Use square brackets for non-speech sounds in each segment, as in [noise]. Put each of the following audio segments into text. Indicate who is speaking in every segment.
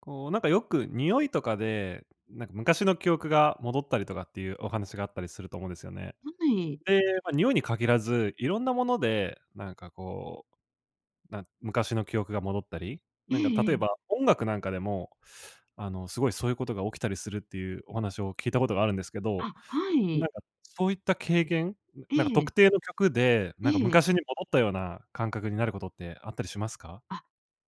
Speaker 1: こう、なんかよく匂いとかで、なんか昔の記憶が戻ったりとかっていうお話があったりすると思うんですよね。
Speaker 2: はい。
Speaker 1: で、ま、匂いに限らず、いろんなもので、なんかこう、昔の記憶が戻ったり、
Speaker 2: え
Speaker 1: なんか
Speaker 2: え
Speaker 1: 例
Speaker 2: え
Speaker 1: えば
Speaker 2: え。
Speaker 1: 音楽なんかでも、あの、すごいそういうことが起きたりするっていうお話を聞いたことがあるんですけど、
Speaker 2: あ、は
Speaker 1: な
Speaker 2: い。
Speaker 1: んかそういった経験、な
Speaker 2: え
Speaker 1: なんか
Speaker 2: え、
Speaker 1: 特定の曲で、
Speaker 2: え
Speaker 1: なんか
Speaker 2: え。
Speaker 1: 昔に戻ったような感覚になることってあったりしますか？
Speaker 2: あ、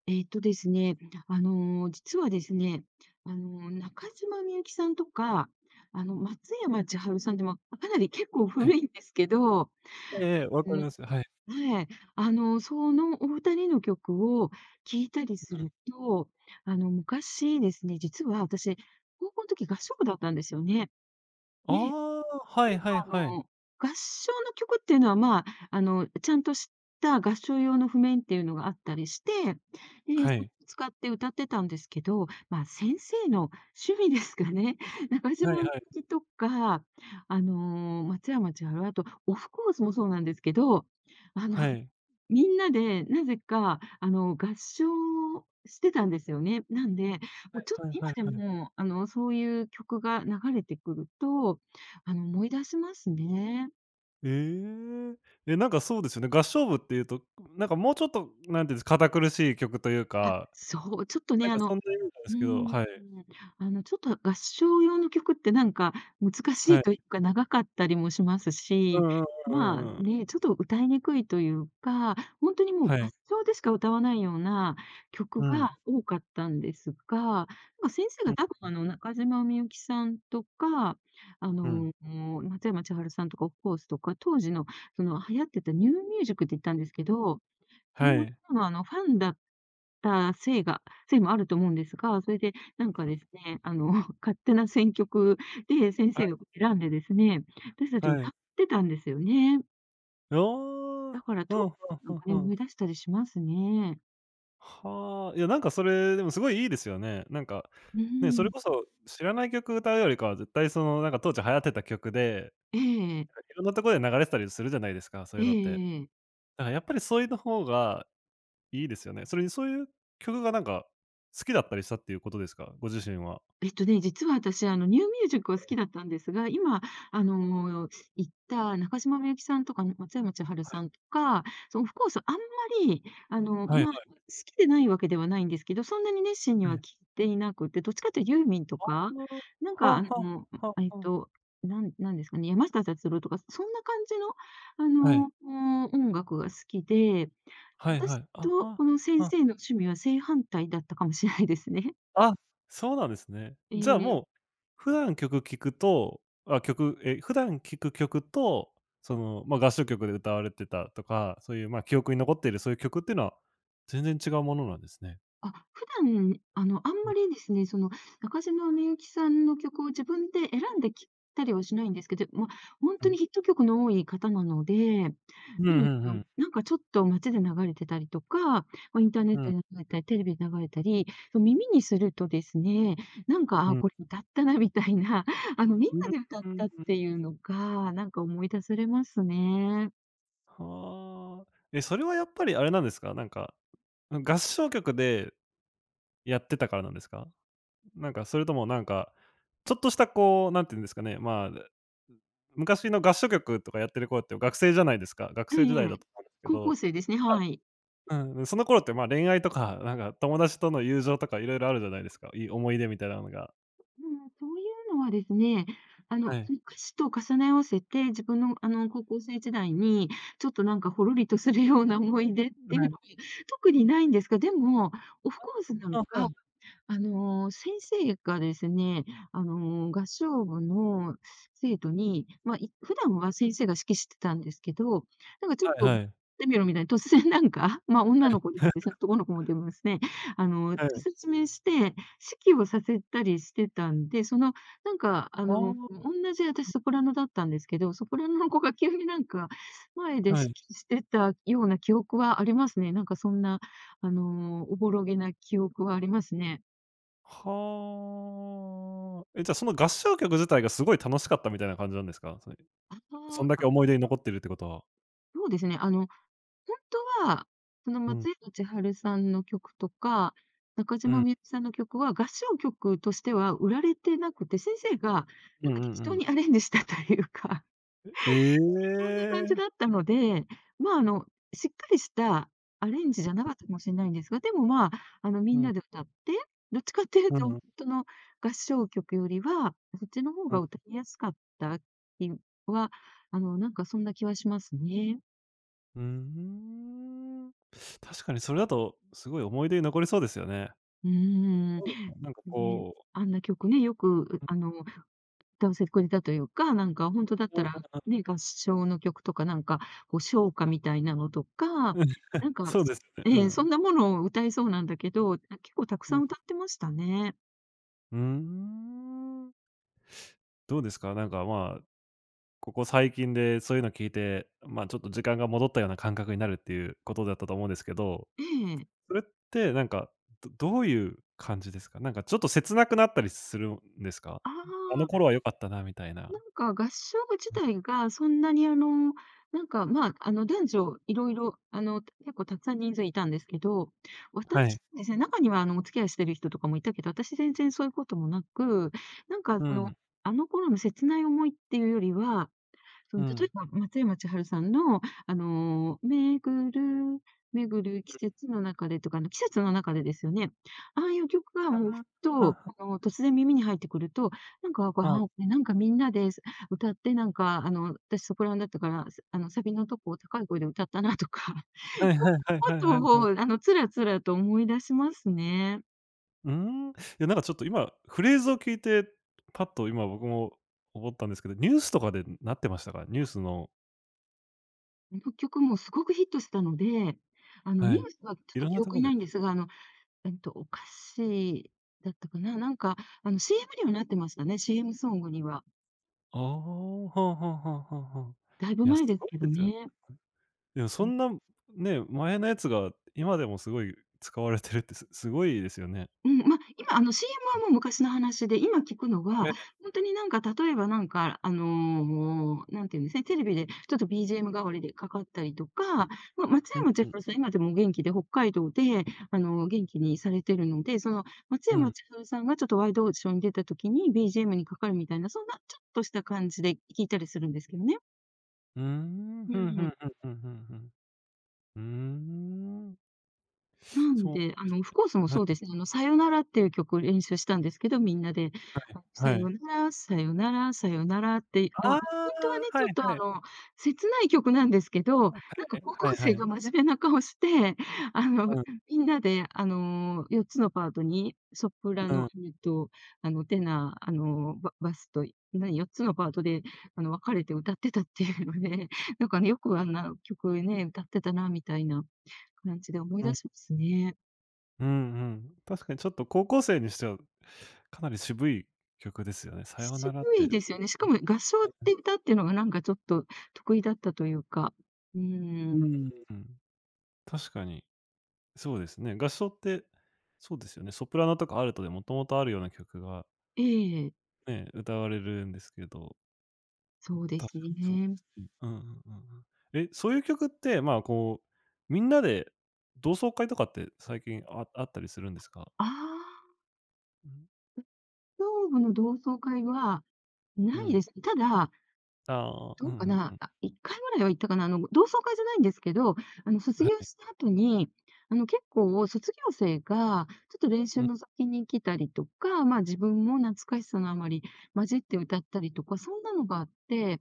Speaker 2: えっとですね、実はですね、中島みゆきさんとか、松山千春さんでもかなり結構
Speaker 1: はい。
Speaker 2: 古いんですけど、
Speaker 1: ええええ、わかり
Speaker 2: うん
Speaker 1: ます。はい。
Speaker 2: はい、そのお二人の曲を聴いたりすると、昔ですね、実は私、高校の時合唱部だったんですよね。
Speaker 1: ああ、はいはい
Speaker 2: あの、
Speaker 1: はい。
Speaker 2: 合唱の曲っていうのは、まあ、ちゃんとした合唱用の譜面っていうのがあったりして、で、
Speaker 1: はい。
Speaker 2: 使って歌ってたんですけど、まあ、先生の趣味ですかね。[laughs] 中
Speaker 1: はい
Speaker 2: 島
Speaker 1: は
Speaker 2: み
Speaker 1: い。
Speaker 2: ゆきとか、松山千春、あとオフコースもそうなんですけど、あ
Speaker 1: は
Speaker 2: の
Speaker 1: い。
Speaker 2: みんなで、なぜか、合唱をしてたんですよね。なんで、
Speaker 1: は
Speaker 2: もうちょっと
Speaker 1: い
Speaker 2: 今
Speaker 1: はい
Speaker 2: で
Speaker 1: はい。
Speaker 2: も、そういう曲が流れてくると、思い出しますね。
Speaker 1: ええ。え、なんかそうですよね。合唱部っていうと、なんかもうちょっと、なんていうんです、堅苦しい曲という
Speaker 2: あ、
Speaker 1: か、
Speaker 2: そう、ちょっと
Speaker 1: な
Speaker 2: ね、
Speaker 1: んかそんなイメージなんで
Speaker 2: うー
Speaker 1: すけど、
Speaker 2: ん。
Speaker 1: はい。
Speaker 2: ちょっと合唱用の曲ってなんか難しい
Speaker 1: はい。
Speaker 2: というか、長かったりもします
Speaker 1: う
Speaker 2: し、
Speaker 1: んうんうん
Speaker 2: ま
Speaker 1: う
Speaker 2: あ、
Speaker 1: んうん。
Speaker 2: ね、ちょっと歌いにくいというか、ほんとにもう
Speaker 1: は
Speaker 2: 合
Speaker 1: い。
Speaker 2: 唱でしか歌わないような曲
Speaker 1: う
Speaker 2: が
Speaker 1: ん。
Speaker 2: 多かったんですが、なんか先生
Speaker 1: う
Speaker 2: が
Speaker 1: ん
Speaker 2: 多分中島みゆきさんとか、あ
Speaker 1: うん。
Speaker 2: の、松山千春さんとかオフコースとか、当時のその流行ってたニューミュージックって言ったんですけど、そ
Speaker 1: は
Speaker 2: の
Speaker 1: い。
Speaker 2: 方がファンだったせいがせいもあると思うんですが、それでなんかですね、[laughs] 勝手な選曲で先生
Speaker 1: は
Speaker 2: が選んでですね、私た
Speaker 1: い
Speaker 2: ち
Speaker 1: は
Speaker 2: 歌
Speaker 1: い。
Speaker 2: ってたんですよね。
Speaker 1: あ
Speaker 2: だ
Speaker 1: あ。
Speaker 2: から
Speaker 1: う
Speaker 2: 当
Speaker 1: んう
Speaker 2: 時
Speaker 1: ん
Speaker 2: なんか
Speaker 1: う
Speaker 2: ね、
Speaker 1: んうん。
Speaker 2: 思い出したりしますね。
Speaker 1: はあ。いや、なんかそれ、でもすごいいいですよね。なんか、
Speaker 2: うー
Speaker 1: ね、それこ
Speaker 2: ん。
Speaker 1: そ知らない曲歌うよりかは、絶対その、なんか当時流行ってた曲で、
Speaker 2: えええ
Speaker 1: いろんなとこで流れてたりするじゃないですか、そう
Speaker 2: え
Speaker 1: い
Speaker 2: え
Speaker 1: うのって。
Speaker 2: えええ。
Speaker 1: だからやっぱりそれの方がいいですよね。それにそういう曲がなんか好きだったりしたっていうことですか？ご自身は。
Speaker 2: えっとね、実は私、ニューミュージックは好きだったんですが、今、あの、行った中島みゆきさんとか松山千春さんとか、そのオフコース、あんまり、
Speaker 1: はいは
Speaker 2: まあ、好
Speaker 1: い。
Speaker 2: きでないわけではないんですけど、そんなに熱心に
Speaker 1: え
Speaker 2: は聞い
Speaker 1: え。
Speaker 2: ていなくて、どっちかというとユーミンと
Speaker 1: あ
Speaker 2: か、なん
Speaker 1: あ、は
Speaker 2: か、
Speaker 1: あはあ、は
Speaker 2: えっ
Speaker 1: あはあ。
Speaker 2: と、なんなんですかね、山下達郎とか、そんな感じの、
Speaker 1: は
Speaker 2: あ
Speaker 1: い。
Speaker 2: 音楽が好きで、
Speaker 1: はいは
Speaker 2: 私
Speaker 1: い。あ
Speaker 2: とこ
Speaker 1: あ、
Speaker 2: の先
Speaker 1: あ、
Speaker 2: 生の趣味は正反対だったかもしれないですね。
Speaker 1: あ、そうなんですね。
Speaker 2: [laughs] え
Speaker 1: じゃあ
Speaker 2: え。
Speaker 1: もう、普段曲聴くと、あ、普段聴く曲と、その、ま、合唱曲で歌われてたとか、そういうま、記憶に残っているそういう曲っていうのは、全然違うものなんですね。
Speaker 2: あ、普段、あん
Speaker 1: う
Speaker 2: ま
Speaker 1: ん、
Speaker 2: りですね、その、中島みゆきさんの曲を自分で選んできたりはしないんですけど、ま、ほん
Speaker 1: う
Speaker 2: とに
Speaker 1: ん。
Speaker 2: ヒット曲の多い方なので、な
Speaker 1: うん、う
Speaker 2: ので、
Speaker 1: んうん。
Speaker 2: なんかちょっと街で流れてたりとか、ま、インターネ
Speaker 1: う
Speaker 2: ット
Speaker 1: ん、
Speaker 2: で流れたり、テレビで流れたり、耳にするとですね、なんか、あ
Speaker 1: う
Speaker 2: あ、
Speaker 1: ん。
Speaker 2: これ歌ったなみたいな、[laughs] みん
Speaker 1: うん
Speaker 2: なで歌っ
Speaker 1: うん。
Speaker 2: たっていうのが、なんか思い出されますね。
Speaker 1: はあ。え、それはやっぱりあれなんですか？なんか、合唱曲でやってたからなんですか？なんか、それともなんか、ちょっとしたこう、なんていうんですかね、まあ、昔の合唱曲とかやってる頃って学生じゃないですか。学
Speaker 2: ええ
Speaker 1: 生時
Speaker 2: え
Speaker 1: 代
Speaker 2: え。
Speaker 1: だと思うんですけ
Speaker 2: 高
Speaker 1: ど、
Speaker 2: 校生ですね、はい。
Speaker 1: まあ、うんその頃って、ま、恋愛とか、なんか友達との友情とかいろいろあるじゃないですか。いい思い出みたいなのが。
Speaker 2: うん、そういうのはですね、
Speaker 1: はい。
Speaker 2: その歌詞と重ね合わせて、自分の、高校生時代に、ちょっとなんかほろりとするような思い出っていうのが特にないんですが、でも、オフコースなん
Speaker 1: あ、
Speaker 2: か先生がですね、合唱部の生徒に、まあ、普段は先生が指揮してたんですけど、なんかちょっ
Speaker 1: はい
Speaker 2: と、っ
Speaker 1: はい。
Speaker 2: てみろみたいに突然なんか、ま、女の子にもですね、
Speaker 1: [laughs]
Speaker 2: 男の子もでもですね、
Speaker 1: はい。[laughs]
Speaker 2: 説明して、指揮をさせたりしてたんで、その、なんかあのー、私ソプラノだったんですけど、ソプラノの子が急になんか、前で
Speaker 1: ああ、
Speaker 2: 指
Speaker 1: はい。
Speaker 2: 揮してたような記憶はありますね。なんかそんな、おぼろげな記憶はありますね。
Speaker 1: はあ。え、じゃあ、その合唱曲自体がすごい楽しかったみたいな感じなんですか？それ、
Speaker 2: あ
Speaker 1: そ
Speaker 2: あ、
Speaker 1: んだけ
Speaker 2: あ、
Speaker 1: 思い出に残ってるってことは。
Speaker 2: そうですね。本当は、その
Speaker 1: う
Speaker 2: 松
Speaker 1: ん。
Speaker 2: 山千春さんの曲とか、中
Speaker 1: う
Speaker 2: 島
Speaker 1: ん。
Speaker 2: みゆきさんの曲は合唱曲としては売られてなくて、先生がなん
Speaker 1: うんう
Speaker 2: か
Speaker 1: ん
Speaker 2: 適
Speaker 1: う
Speaker 2: 当
Speaker 1: ん。
Speaker 2: にアレンジしたというか、
Speaker 1: え
Speaker 2: [laughs] そんな感じ
Speaker 1: え。
Speaker 2: だったので、まあ、しっかりしたアレンジじゃなかったかもしれないんですが、でも、まあ、み
Speaker 1: う
Speaker 2: ん
Speaker 1: ん。
Speaker 2: なで歌って、どっちかっていう
Speaker 1: う
Speaker 2: と、
Speaker 1: んう
Speaker 2: 本
Speaker 1: ん。
Speaker 2: 当の合唱曲よりは、そっちの方
Speaker 1: う
Speaker 2: が
Speaker 1: ん
Speaker 2: 歌いやすかった気は、あの、なんかそんな気はしますね。
Speaker 1: うんうんうーん。確かにそれだと、すごい思い出に残りそうですよね。
Speaker 2: うーん。
Speaker 1: そうですね。なんか
Speaker 2: ね、
Speaker 1: こ
Speaker 2: あんな曲ね、よく、歌わせてくれたというか、なんかほんとだっ
Speaker 1: う、う
Speaker 2: た
Speaker 1: ん、
Speaker 2: ら、ね、合唱の曲とかなんか、こう、唱歌みたいなのと
Speaker 1: [laughs]
Speaker 2: か、
Speaker 1: うんうん、
Speaker 2: なんか、
Speaker 1: そうで
Speaker 2: そ
Speaker 1: すね。う
Speaker 2: ええ、そ
Speaker 1: ん。
Speaker 2: んなものを歌えそうなんだけど、あ、結構たく
Speaker 1: う
Speaker 2: さ
Speaker 1: ん。
Speaker 2: ん歌ってましたね。
Speaker 1: うーん。どうですか？なんか、まあここ最近でそういうの聞いて、まあ、ちょっと時間が戻ったような感覚になるっていうことだったと思うんですけど、
Speaker 2: ええ。
Speaker 1: それってなんか、どういう感じですか？なんかちょっと切なくなったりするんですか？
Speaker 2: あ
Speaker 1: あの頃
Speaker 2: あ。
Speaker 1: は良かったなみたいな。
Speaker 2: なんか合唱部自体がそんなになんか、まあ、男女いろいろ、結構たくさん人数いたんですけど、
Speaker 1: はい。
Speaker 2: 私ですね、中にはあの、お付き合いしてる人とかもいたけど、私全然そういうこともなく、なんか
Speaker 1: う
Speaker 2: その、
Speaker 1: ん、
Speaker 2: あの頃の切ない思いっていうよりは、そ
Speaker 1: う
Speaker 2: の、例え
Speaker 1: ん。
Speaker 2: ば、松山千春さんの、巡る巡る季節の中でとか、季節の中でですよね。ああいう曲が
Speaker 1: あ
Speaker 2: もうふっ
Speaker 1: あ、
Speaker 2: と、
Speaker 1: は
Speaker 2: 突然耳に入ってくると、なんか、こう、
Speaker 1: あはあ。
Speaker 2: なんかみんなで歌って、なんか、私ソプラノだったから、サビのとこを高い声で歌ったなとか、[laughs] そん
Speaker 1: は
Speaker 2: な
Speaker 1: いはいはい
Speaker 2: こ
Speaker 1: はいは
Speaker 2: と
Speaker 1: い
Speaker 2: を、つらつらと思い出しますね。
Speaker 1: うーん。いや、なんかちょっと今フレーズを聞いて、パッと今僕も思ったんですけど、ニュースとかでなってましたか？ニュースの
Speaker 2: あの曲もすごくヒットしたので、
Speaker 1: は
Speaker 2: ニ
Speaker 1: い。
Speaker 2: ュースはちょっ
Speaker 1: い
Speaker 2: と
Speaker 1: ろんな
Speaker 2: 記
Speaker 1: と
Speaker 2: 憶
Speaker 1: こ
Speaker 2: にな
Speaker 1: で
Speaker 2: いんですが、お菓子だったかな。なんか、CM にはなってましたね、CM ソングには。
Speaker 1: ああ、はあはあはあはあはあ。
Speaker 2: だいぶ
Speaker 1: いや、す
Speaker 2: 前です
Speaker 1: ごい
Speaker 2: けど
Speaker 1: ですよね。
Speaker 2: ね。
Speaker 1: でも
Speaker 2: う
Speaker 1: そ
Speaker 2: ん。
Speaker 1: んな、ね、前のやつが今でもすごい使われてるってごいですよね。
Speaker 2: うん、ま、今、CM はもう昔の話で、今聞くのは、
Speaker 1: ええ。
Speaker 2: ほんとになんか、例えばなんか、なんていうんですね、テレビでちょっと BGM 代わりでかかったりとか、
Speaker 1: う
Speaker 2: ま、松
Speaker 1: ん。うん
Speaker 2: 山
Speaker 1: う
Speaker 2: 千
Speaker 1: ん。
Speaker 2: 春さん、今でもお元気で、北海道で、元気にされてるので、その、松
Speaker 1: うん。
Speaker 2: 山千春さんがちょっとワイドオーディションに出た時に BGM にかかるみたいな、そんなちょっとした感じで聞いたりするんですけどね。
Speaker 1: うーん、
Speaker 2: う
Speaker 1: ふんふん
Speaker 2: ん。
Speaker 1: ふんふんふんふん。うーん。
Speaker 2: なん
Speaker 1: そう
Speaker 2: で、
Speaker 1: です。
Speaker 2: オフコースも
Speaker 1: はい
Speaker 2: そうですね。さよならっていう曲を練習したんですけど、みんなで、あ、
Speaker 1: はい
Speaker 2: さ
Speaker 1: は
Speaker 2: よ
Speaker 1: い。
Speaker 2: なら、さよなら、さよならって、あ、
Speaker 1: あ
Speaker 2: 本
Speaker 1: あ、
Speaker 2: 当はね、
Speaker 1: は
Speaker 2: ちょっ
Speaker 1: い
Speaker 2: と
Speaker 1: はい。
Speaker 2: 切ない曲なんですけど、なんか高
Speaker 1: はい
Speaker 2: 校
Speaker 1: はい
Speaker 2: 生
Speaker 1: は
Speaker 2: が
Speaker 1: い。
Speaker 2: 真面目な顔して、[laughs] あの、
Speaker 1: うん、
Speaker 2: みんなで4つのパートに、ソプラ
Speaker 1: う
Speaker 2: ノ、
Speaker 1: ん、
Speaker 2: えっと、あの、テナー、ババスと、何、4つのパートで、分かれて歌ってたっていうので、なんかね、よくあんな曲ね、歌ってたなみたいな。感じで思い
Speaker 1: う
Speaker 2: 出
Speaker 1: ん。
Speaker 2: しますね。
Speaker 1: うんうん。確かにちょっと高校生にしては、かなり渋い曲ですよね。さよな
Speaker 2: 渋
Speaker 1: らって。
Speaker 2: いですよね。しかも合唱って歌っていうのがなんかちょっと得意だったというか。う
Speaker 1: う
Speaker 2: ーん。
Speaker 1: ん、確かに、そうですね。合唱って、そうですよね。ソプラノとかアルトでもともとあるような曲が
Speaker 2: ええ、
Speaker 1: ね、歌われるんですけど、
Speaker 2: そうで
Speaker 1: 確
Speaker 2: す
Speaker 1: かにそうで
Speaker 2: ね。
Speaker 1: すね。うんうんうんうん。え、そういう曲って、まあ、こう、みんなで同窓会とかって最近あったりするんですか？
Speaker 2: ああ、
Speaker 1: うん。
Speaker 2: 東部の同窓会は
Speaker 1: う
Speaker 2: ないで
Speaker 1: ん。
Speaker 2: すね。ただ、
Speaker 1: ああ、う
Speaker 2: ど
Speaker 1: んう
Speaker 2: うか
Speaker 1: んう
Speaker 2: な、
Speaker 1: ん。
Speaker 2: あ、1回ぐらいは行ったかな。同窓会じゃないんですけど、卒
Speaker 1: は
Speaker 2: 業
Speaker 1: い。
Speaker 2: した後に、結構卒業生がちょっと練
Speaker 1: う
Speaker 2: 習
Speaker 1: ん。
Speaker 2: の先に来たりとか、まあ、自分も懐かしさのあまり混じって歌ったりとか、そんなのがあって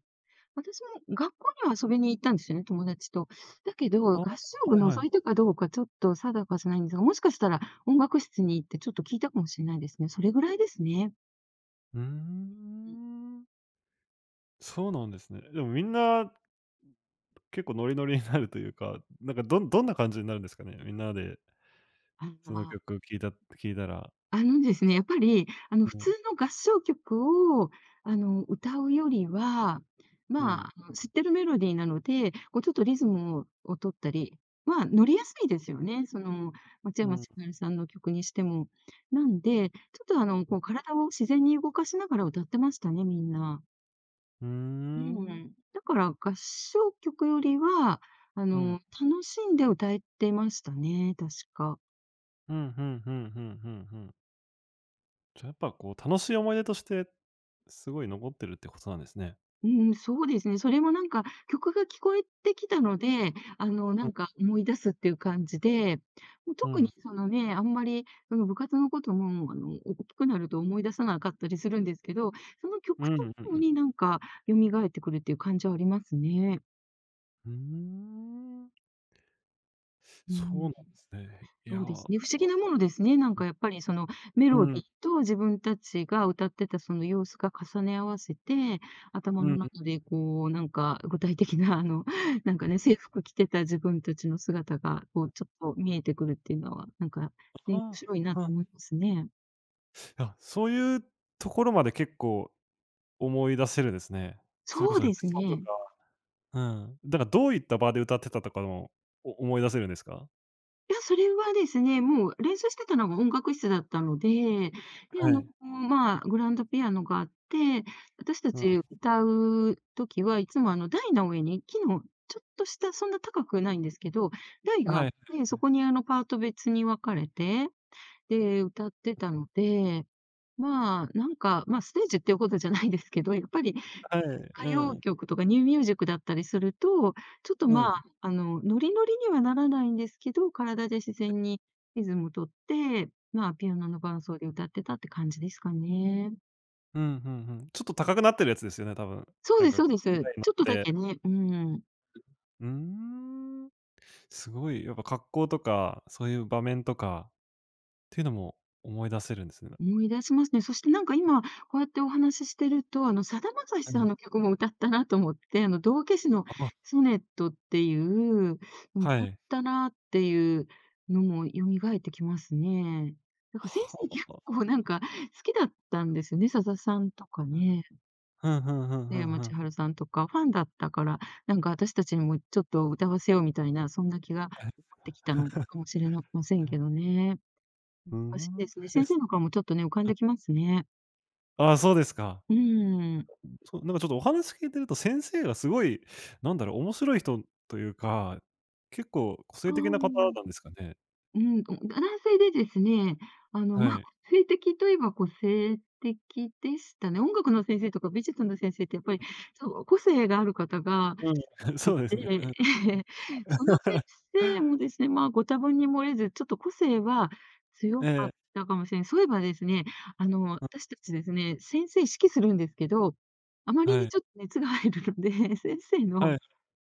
Speaker 2: 私もね学校には遊びに行ったんですよね、友達と。だけど、
Speaker 1: あ
Speaker 2: 合
Speaker 1: あ、
Speaker 2: 唱部
Speaker 1: はいはい。
Speaker 2: 覗いたかどうかちょっと定かじゃないんですが、もしかしたら音楽室に行ってちょっと聞いたかもしれないですね。それぐらいですね。
Speaker 1: うー
Speaker 2: うん。
Speaker 1: ん。そうなんですね。でもみんな結構ノリノリになるというか、なんかどんどんな感じになるんですかね？みんなで
Speaker 2: あ
Speaker 1: その
Speaker 2: あ。
Speaker 1: 曲を聴いたら、
Speaker 2: あのですね、やっぱり、普
Speaker 1: うん、
Speaker 2: 通の合唱曲を、歌うよりは、
Speaker 1: う
Speaker 2: ま
Speaker 1: ん、
Speaker 2: あ、知ってるメロディーなので、こう、ちょっとリズムを取ったりまあ乗りやすいですよね。その、松
Speaker 1: う
Speaker 2: 山
Speaker 1: ん、
Speaker 2: 千春さんの曲にしても。なんで、ちょっと、こう、体を自然に動かしながら歌ってましたね、みんな。
Speaker 1: うー
Speaker 2: う
Speaker 1: ん。
Speaker 2: ん。だから合唱曲よりは、
Speaker 1: うん、
Speaker 2: 楽しんで歌えてましたね、確か。
Speaker 1: うん、うんうんうんうんうん。じゃ、やっぱこう楽しい思い出として、すごい残ってるってことなんですね。
Speaker 2: うん、そうですね。それもなんか、曲が聞こえてきたので、
Speaker 1: う
Speaker 2: な
Speaker 1: ん、
Speaker 2: んか思い出すっていう感じで、もう
Speaker 1: う
Speaker 2: 特
Speaker 1: ん、
Speaker 2: にそのね、あんまり、その部活のことも、大きくなると思い出さなかったりするんですけど、その
Speaker 1: う
Speaker 2: 曲
Speaker 1: ん、う
Speaker 2: と
Speaker 1: ん、
Speaker 2: ともになんか蘇ってくるっていう感じはありますね。
Speaker 1: うーん。
Speaker 2: う
Speaker 1: そうなん
Speaker 2: ん。
Speaker 1: ですね。い
Speaker 2: そ
Speaker 1: や、
Speaker 2: うで
Speaker 1: あ、
Speaker 2: すね。不思議なものですね。なん
Speaker 1: う
Speaker 2: か
Speaker 1: ん、
Speaker 2: やっぱりそのメロデ
Speaker 1: う
Speaker 2: ィーと自分たちが歌ってたその様子が重ね合わせて、頭の
Speaker 1: ん、
Speaker 2: 中でこうなんか具体的なあの、[laughs] なんかね、制服着てた自分たちの姿がこうちょっと見えてくるっていうのは、なんかね、面
Speaker 1: あ
Speaker 2: 白いな
Speaker 1: あ、あ
Speaker 2: と思いますね。
Speaker 1: いやそういうところまで結構思い出せるんですね。それ
Speaker 2: そ
Speaker 1: こ
Speaker 2: う
Speaker 1: そ服
Speaker 2: です
Speaker 1: 装とか
Speaker 2: ね。
Speaker 1: うん。だからどういった場で歌ってたとかも、思い出せるんですか？
Speaker 2: いや、それはですね、もう練習してたのが音楽室だったので、で、
Speaker 1: はい。
Speaker 2: まあ、グランドピアノがあって、私た
Speaker 1: うん。
Speaker 2: ち歌うときはいつもあの台の上に木のちょっとした、そんな高くないんですけど、台
Speaker 1: は
Speaker 2: があ
Speaker 1: い
Speaker 2: っ
Speaker 1: はい
Speaker 2: て、
Speaker 1: は
Speaker 2: そ
Speaker 1: い。
Speaker 2: こにあのパート別に分かれて、で、歌ってたので、まあ、なんか、まあ、ステージっていうことじゃないですけど、やっぱり歌
Speaker 1: う
Speaker 2: 謡
Speaker 1: ん。
Speaker 2: 曲とかニューミュージックだったりすると、ちょっと、
Speaker 1: うん。
Speaker 2: まあ、ノリノリにはならないんですけど、体で自然にリズム取って、まあ、ピアノの伴奏で歌ってたって感じですかね。
Speaker 1: うん、ふんふん。ちょっと高くなってるやつですよね、多分。
Speaker 2: そう
Speaker 1: なん
Speaker 2: です
Speaker 1: か
Speaker 2: そう
Speaker 1: こ
Speaker 2: です。
Speaker 1: う、台に乗
Speaker 2: ちょっとだ
Speaker 1: っ
Speaker 2: け
Speaker 1: て。
Speaker 2: ね、うん。
Speaker 1: うーん。すごい、やっぱ格好とか、そういう場面とかっていうのも思い出せるんですね。
Speaker 2: 思い出しますね。そしてなんか今、こうやってお話ししてると、さだまさし
Speaker 1: う
Speaker 2: さん
Speaker 1: ん。
Speaker 2: の曲も歌ったなと思って、道化師の
Speaker 1: あ、
Speaker 2: ソネットっていう、
Speaker 1: は
Speaker 2: 歌っ
Speaker 1: い。
Speaker 2: たなっていうのも蘇ってきますね。なんか先
Speaker 1: は
Speaker 2: 生結構
Speaker 1: あ。
Speaker 2: なんか好きだったんですよね、さださんとかね、
Speaker 1: ふんふんふん
Speaker 2: 福
Speaker 1: ふん
Speaker 2: 山
Speaker 1: ふ
Speaker 2: 千
Speaker 1: ん。
Speaker 2: 春さんとか、ファンだったから、なんか私たちにもちょっと歌わせようみたいな、そんな気が
Speaker 1: は
Speaker 2: 起
Speaker 1: い。
Speaker 2: こってきたのかもしれませんけどね。
Speaker 1: ふー
Speaker 2: おかしいで
Speaker 1: ん。
Speaker 2: すね。
Speaker 1: え、
Speaker 2: 先
Speaker 1: す
Speaker 2: 生の顔もちょっとね、浮かんできますね。
Speaker 1: ああ、そうですか。
Speaker 2: うん。
Speaker 1: そう、なんかちょっとお話聞いてると、先生がすごい、なんだろう、面白い人というか、結構個性
Speaker 2: あ
Speaker 1: 的な方
Speaker 2: あ、
Speaker 1: なんですかね？
Speaker 2: うん、お男性でですね、
Speaker 1: は
Speaker 2: まあ、
Speaker 1: い。
Speaker 2: 個性的といえば個性的でしたね。音楽の先生とか美術の先生ってやっぱり、そう、個性がある方が
Speaker 1: うん、
Speaker 2: 多
Speaker 1: [laughs]
Speaker 2: く
Speaker 1: そうで
Speaker 2: て、
Speaker 1: すね。うん
Speaker 2: [laughs] その先
Speaker 1: [laughs]。
Speaker 2: 生もですね、まあ、ご多分に漏れず、ちょっと個性は
Speaker 1: え
Speaker 2: 強かっ
Speaker 1: え、
Speaker 2: たかもしれない。そういえばですね、あの、
Speaker 1: うん、
Speaker 2: 私たちですね、先生指揮するんですけど、あまり
Speaker 1: は
Speaker 2: に
Speaker 1: い。
Speaker 2: ちょっと熱が入るので、[laughs] 先生
Speaker 1: は
Speaker 2: の
Speaker 1: い、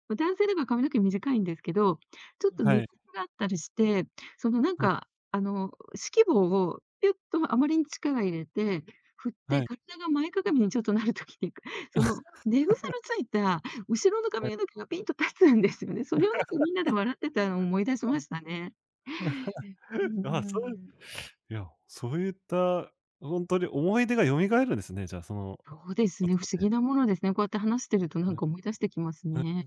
Speaker 2: ま、男性だから髪の毛短いんですけど、ちょっと寝
Speaker 1: は
Speaker 2: 癖
Speaker 1: い。
Speaker 2: があったりして、そのなん
Speaker 1: うん、
Speaker 2: か、指揮棒をピュッとあまりに力入れて、振っ
Speaker 1: は
Speaker 2: て、
Speaker 1: い。
Speaker 2: 体が前かがみにちょっとなるときに、[laughs] その寝癖のついた後ろの
Speaker 1: はい
Speaker 2: 髪の毛がピンと立つんですよね。それをなんかみんなで笑ってたのを思い出しました
Speaker 1: [laughs]。
Speaker 2: ね。うー
Speaker 1: あそういう
Speaker 2: ん。
Speaker 1: いや、そういった、本当に思い出が蘇るんですね、じゃあ、その
Speaker 2: そうです
Speaker 1: こ
Speaker 2: ね、
Speaker 1: と
Speaker 2: 不思
Speaker 1: で。
Speaker 2: 議なものですね。こうやって話してるとな
Speaker 1: う
Speaker 2: ん
Speaker 1: ん。
Speaker 2: か思い出してきますね。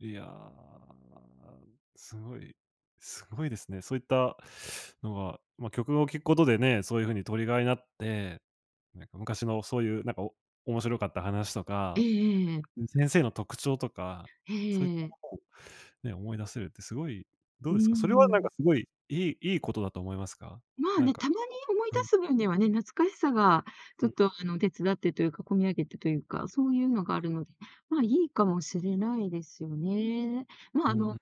Speaker 1: いやー、すごいすごいですね。そういったのが、まあ、曲を聴くことでね、そういう風にトリガーになって、なんか昔のそういうなんか面白かった話と
Speaker 2: え
Speaker 1: か、
Speaker 2: えええ。
Speaker 1: 先生の特徴とか、
Speaker 2: え
Speaker 1: そういった
Speaker 2: え。
Speaker 1: ものをね、思い出せるってすごい、どう
Speaker 2: うー
Speaker 1: ですか？それはなん
Speaker 2: ん。
Speaker 1: かすごい、いいことだと思いますか？
Speaker 2: まあ
Speaker 1: なん
Speaker 2: ね、
Speaker 1: か
Speaker 2: たまに
Speaker 1: こ
Speaker 2: 思い
Speaker 1: う
Speaker 2: 出
Speaker 1: うん、
Speaker 2: す分にはね、懐かしさが
Speaker 1: う
Speaker 2: ちょっ
Speaker 1: ん、
Speaker 2: とあの手伝ってというか、込み上げてというか、そういうのがあるので、まあいいかもしれないですよね。ま
Speaker 1: う
Speaker 2: あ
Speaker 1: ん
Speaker 2: あ
Speaker 1: うん、
Speaker 2: の、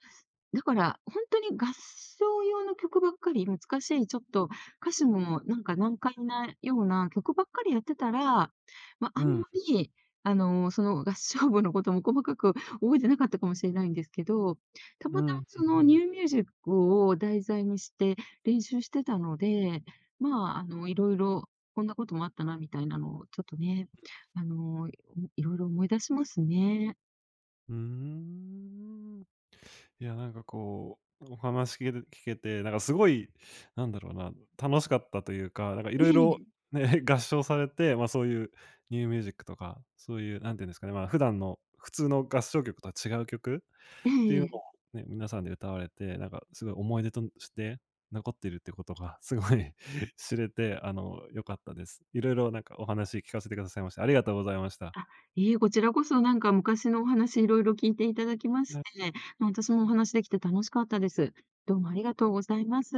Speaker 2: だから、ほんとに合唱用の曲ばっかり、難しい、ちょっと歌詞もなんか難解なような曲ばっかりやってたら、ま、あ
Speaker 1: う
Speaker 2: んま
Speaker 1: ん、
Speaker 2: り、その合唱部のことも細かく覚えてなかったかもしれないんですけど、た
Speaker 1: うん、
Speaker 2: ま
Speaker 1: う
Speaker 2: たま
Speaker 1: ん、
Speaker 2: そ
Speaker 1: う
Speaker 2: のニ
Speaker 1: ん。
Speaker 2: ューミュージックを題材にして練習してたので、まあ、いろいろこんなこともあったなみたいなのをちょっとね、あの、いろいろ思い出しますね。
Speaker 1: ーん。いや、なんかこう、お話聞けて聞けて、なんかすごい、なんだろうな、楽しかったというか、なんかい
Speaker 2: え
Speaker 1: ろいろ
Speaker 2: え、
Speaker 1: ね、[laughs] 合唱されて、ま、そういうニューミュージックとか、そういう、なんていうんですかね、まあ、普段の普通の合唱曲とは違う曲
Speaker 2: え
Speaker 1: っていうのを
Speaker 2: え。
Speaker 1: ね、皆さんで歌われて、なんかすごい思い出として残ってるってことが [laughs] すごい [laughs] 知れて、あの、良かったです。いろいろなんかお話聞かせてくださいまして、ありがとうございました。
Speaker 2: あ、いいえ、こちらこそなんか昔のお話いろいろ聞いていただきまして、私もお話できて楽しかったです。どうもありがとうございます。